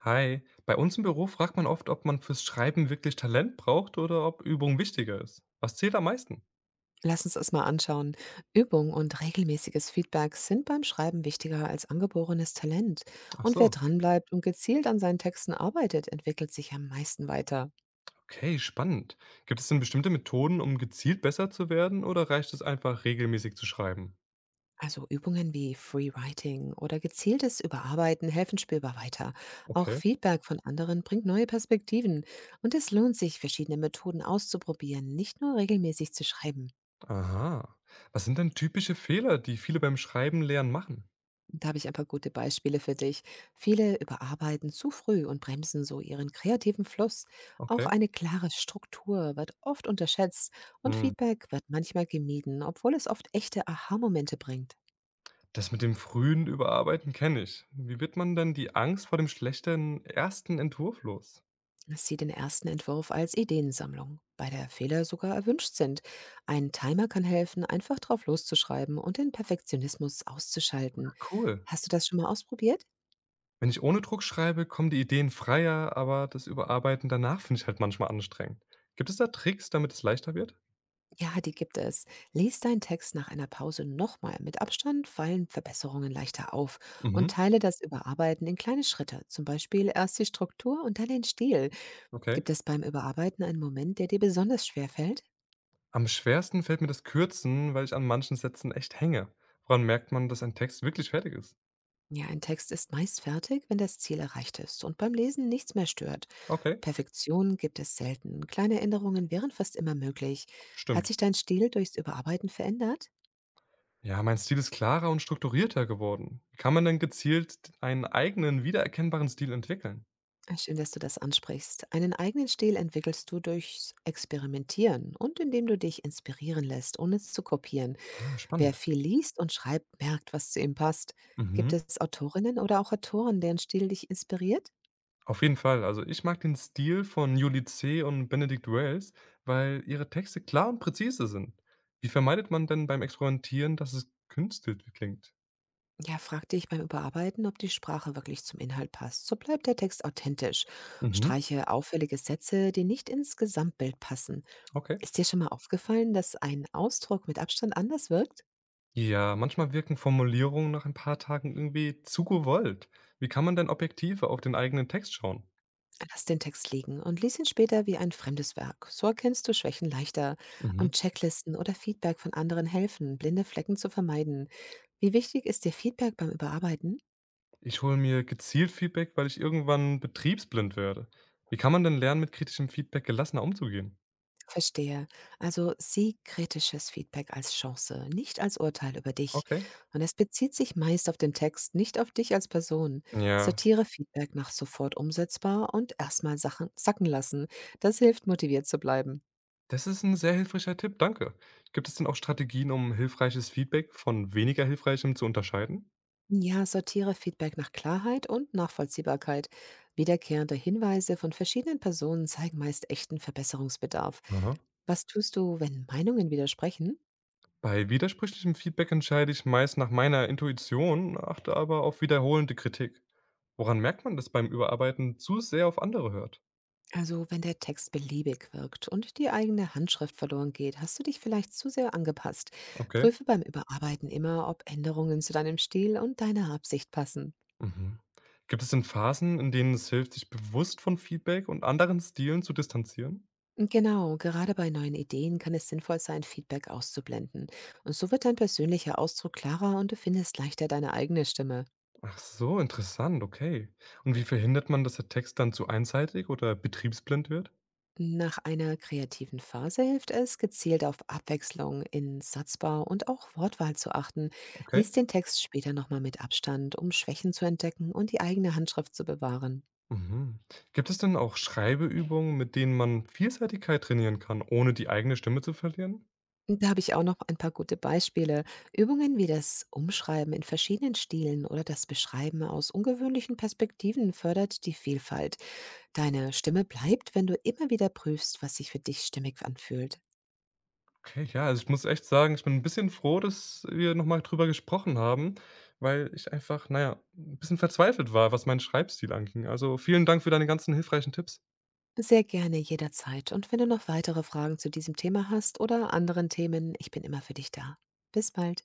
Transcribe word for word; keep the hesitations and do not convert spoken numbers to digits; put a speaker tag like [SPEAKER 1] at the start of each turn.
[SPEAKER 1] Hi, bei uns im Büro fragt man oft, ob man fürs Schreiben wirklich Talent braucht oder ob Übung wichtiger ist. Was zählt am meisten?
[SPEAKER 2] Lass uns das mal anschauen. Übung und regelmäßiges Feedback sind beim Schreiben wichtiger als angeborenes Talent.
[SPEAKER 1] Ach
[SPEAKER 2] Und wer
[SPEAKER 1] so.
[SPEAKER 2] dranbleibt und gezielt an seinen Texten arbeitet, entwickelt sich am meisten weiter.
[SPEAKER 1] Okay, spannend. Gibt es denn bestimmte Methoden, um gezielt besser zu werden oder reicht es einfach, regelmäßig zu schreiben?
[SPEAKER 2] Also Übungen wie Free Writing oder gezieltes Überarbeiten helfen spürbar weiter. Auch
[SPEAKER 1] Okay.
[SPEAKER 2] Feedback von anderen bringt neue Perspektiven. Und es lohnt sich, verschiedene Methoden auszuprobieren, nicht nur regelmäßig zu schreiben.
[SPEAKER 1] Aha. Was sind denn typische Fehler, die viele beim Schreiben lernen machen?
[SPEAKER 2] Da habe ich ein paar gute Beispiele für dich. Viele überarbeiten zu früh und bremsen so ihren kreativen Fluss. Auch
[SPEAKER 1] Okay.
[SPEAKER 2] eine klare Struktur wird oft unterschätzt und
[SPEAKER 1] Hm.
[SPEAKER 2] Feedback wird manchmal gemieden, obwohl es oft echte Aha-Momente bringt.
[SPEAKER 1] Das mit dem frühen Überarbeiten kenne ich. Wie wird man denn die Angst vor dem schlechten ersten Entwurf los?
[SPEAKER 2] Sieh den ersten Entwurf als Ideensammlung, bei der Fehler sogar erwünscht sind. Ein Timer kann helfen, einfach drauf loszuschreiben und den Perfektionismus auszuschalten.
[SPEAKER 1] Cool.
[SPEAKER 2] Hast du das schon mal ausprobiert?
[SPEAKER 1] Wenn ich ohne Druck schreibe, kommen die Ideen freier, aber das Überarbeiten danach finde ich halt manchmal anstrengend. Gibt es da Tricks, damit es leichter wird?
[SPEAKER 2] Ja, die gibt es. Lies deinen Text nach einer Pause nochmal. Mit Abstand fallen Verbesserungen leichter auf und
[SPEAKER 1] Mhm,
[SPEAKER 2] teile das Überarbeiten in kleine Schritte. Zum Beispiel erst die Struktur und dann den Stil.
[SPEAKER 1] okay.
[SPEAKER 2] Gibt es beim Überarbeiten einen Moment, der dir besonders schwer fällt?
[SPEAKER 1] Am schwersten fällt mir das Kürzen, weil ich an manchen Sätzen echt hänge. Woran merkt man, dass ein Text wirklich fertig ist?
[SPEAKER 2] Ja, ein Text ist meist fertig, wenn das Ziel erreicht ist und beim Lesen nichts mehr stört.
[SPEAKER 1] Okay,
[SPEAKER 2] Perfektion gibt es selten. Kleine Änderungen wären fast immer möglich. Hat
[SPEAKER 1] stimmt.
[SPEAKER 2] sich dein Stil durchs Überarbeiten verändert?
[SPEAKER 1] Ja, mein Stil ist klarer und strukturierter geworden. Wie kann man denn gezielt einen eigenen, wiedererkennbaren Stil entwickeln?
[SPEAKER 2] Ah, schön, dass du das ansprichst. Einen eigenen Stil entwickelst du durchs Experimentieren und indem du dich inspirieren lässt, ohne es zu kopieren.
[SPEAKER 1] Ah,
[SPEAKER 2] Wer
[SPEAKER 1] spannend.
[SPEAKER 2] viel liest und schreibt, merkt, was zu ihm passt. Gibt
[SPEAKER 1] Mhm.
[SPEAKER 2] es Autorinnen oder auch Autoren, deren Stil dich inspiriert?
[SPEAKER 1] Auf jeden Fall. Also, ich mag den Stil von Juli C. und Benedict Wells, weil ihre Texte klar und präzise sind. Wie vermeidet man denn beim Experimentieren, dass es künstelt klingt?
[SPEAKER 2] Ja, frag dich beim Überarbeiten, ob die Sprache wirklich zum Inhalt passt. So bleibt der Text authentisch.
[SPEAKER 1] Mhm,
[SPEAKER 2] Streiche auffällige Sätze, die nicht ins Gesamtbild passen.
[SPEAKER 1] okay.
[SPEAKER 2] Ist dir schon mal aufgefallen, dass ein Ausdruck mit Abstand anders wirkt?
[SPEAKER 1] Ja, manchmal wirken Formulierungen nach ein paar Tagen irgendwie zu gewollt. Wie kann man denn objektiver auf den eigenen Text schauen?
[SPEAKER 2] Lass den Text liegen und lies ihn später wie ein fremdes Werk. So erkennst du Schwächen leichter.
[SPEAKER 1] Mhm.
[SPEAKER 2] Und Checklisten oder Feedback von anderen helfen, blinde Flecken zu vermeiden. Wie wichtig ist dir Feedback beim Überarbeiten?
[SPEAKER 1] Ich hole mir gezielt Feedback, weil ich irgendwann betriebsblind werde. Wie kann man denn lernen, mit kritischem Feedback gelassener umzugehen?
[SPEAKER 2] Verstehe. Also sieh kritisches Feedback als Chance, nicht als Urteil über dich.
[SPEAKER 1] Okay.
[SPEAKER 2] Und es bezieht sich meist auf den Text, nicht auf dich als Person.
[SPEAKER 1] Ja,
[SPEAKER 2] Sortiere Feedback nach sofort umsetzbar und erstmal Sachen sacken lassen. Das hilft, motiviert zu bleiben.
[SPEAKER 1] Das ist 'n sehr hilfreicher Tipp, danke. Gibt es denn auch Strategien, um hilfreiches Feedback von weniger hilfreichem zu unterscheiden?
[SPEAKER 2] Ja, sortiere Feedback nach Klarheit und Nachvollziehbarkeit. Wiederkehrende Hinweise von verschiedenen Personen zeigen meist echten Verbesserungsbedarf.
[SPEAKER 1] Aha.
[SPEAKER 2] Was tust du, wenn Meinungen widersprechen?
[SPEAKER 1] Bei widersprüchlichem Feedback entscheide ich meist nach meiner Intuition, achte aber auf wiederholende Kritik. Woran merkt man, dass beim Überarbeiten zu sehr auf andere hört?
[SPEAKER 2] Also wenn der Text beliebig wirkt und die eigene Handschrift verloren geht, hast du dich vielleicht zu sehr angepasst.
[SPEAKER 1] Okay.
[SPEAKER 2] Prüfe beim Überarbeiten immer, ob Änderungen zu deinem Stil und deiner Absicht passen.
[SPEAKER 1] Mhm. Gibt es denn Phasen, in denen es hilft, sich bewusst von Feedback und anderen Stilen zu distanzieren?
[SPEAKER 2] Genau, gerade bei neuen Ideen kann es sinnvoll sein, Feedback auszublenden. Und so wird dein persönlicher Ausdruck klarer und du findest leichter deine eigene Stimme.
[SPEAKER 1] Ach so, interessant, okay. Und wie verhindert man, dass der Text dann zu einseitig oder betriebsblind wird?
[SPEAKER 2] Nach einer kreativen Phase hilft es, gezielt auf Abwechslung in Satzbau und auch Wortwahl zu achten.
[SPEAKER 1] Okay.
[SPEAKER 2] Lies den Text später nochmal mit Abstand, um Schwächen zu entdecken und die eigene Handschrift zu bewahren.
[SPEAKER 1] Mhm. Gibt es denn auch Schreibeübungen, mit denen man Vielseitigkeit trainieren kann, ohne die eigene Stimme zu verlieren?
[SPEAKER 2] Und da habe ich auch noch ein paar gute Beispiele. Übungen wie das Umschreiben in verschiedenen Stilen oder das Beschreiben aus ungewöhnlichen Perspektiven fördert die Vielfalt. Deine Stimme bleibt, wenn du immer wieder prüfst, was sich für dich stimmig anfühlt.
[SPEAKER 1] Okay, ja, also ich muss echt sagen, ich bin ein bisschen froh, dass wir nochmal drüber gesprochen haben, weil ich einfach, naja, ein bisschen verzweifelt war, was meinen Schreibstil anging. Also, vielen Dank für deine ganzen hilfreichen Tipps.
[SPEAKER 2] Sehr gerne jederzeit. Und wenn du noch weitere Fragen zu diesem Thema hast oder anderen Themen, ich bin immer für dich da. Bis bald.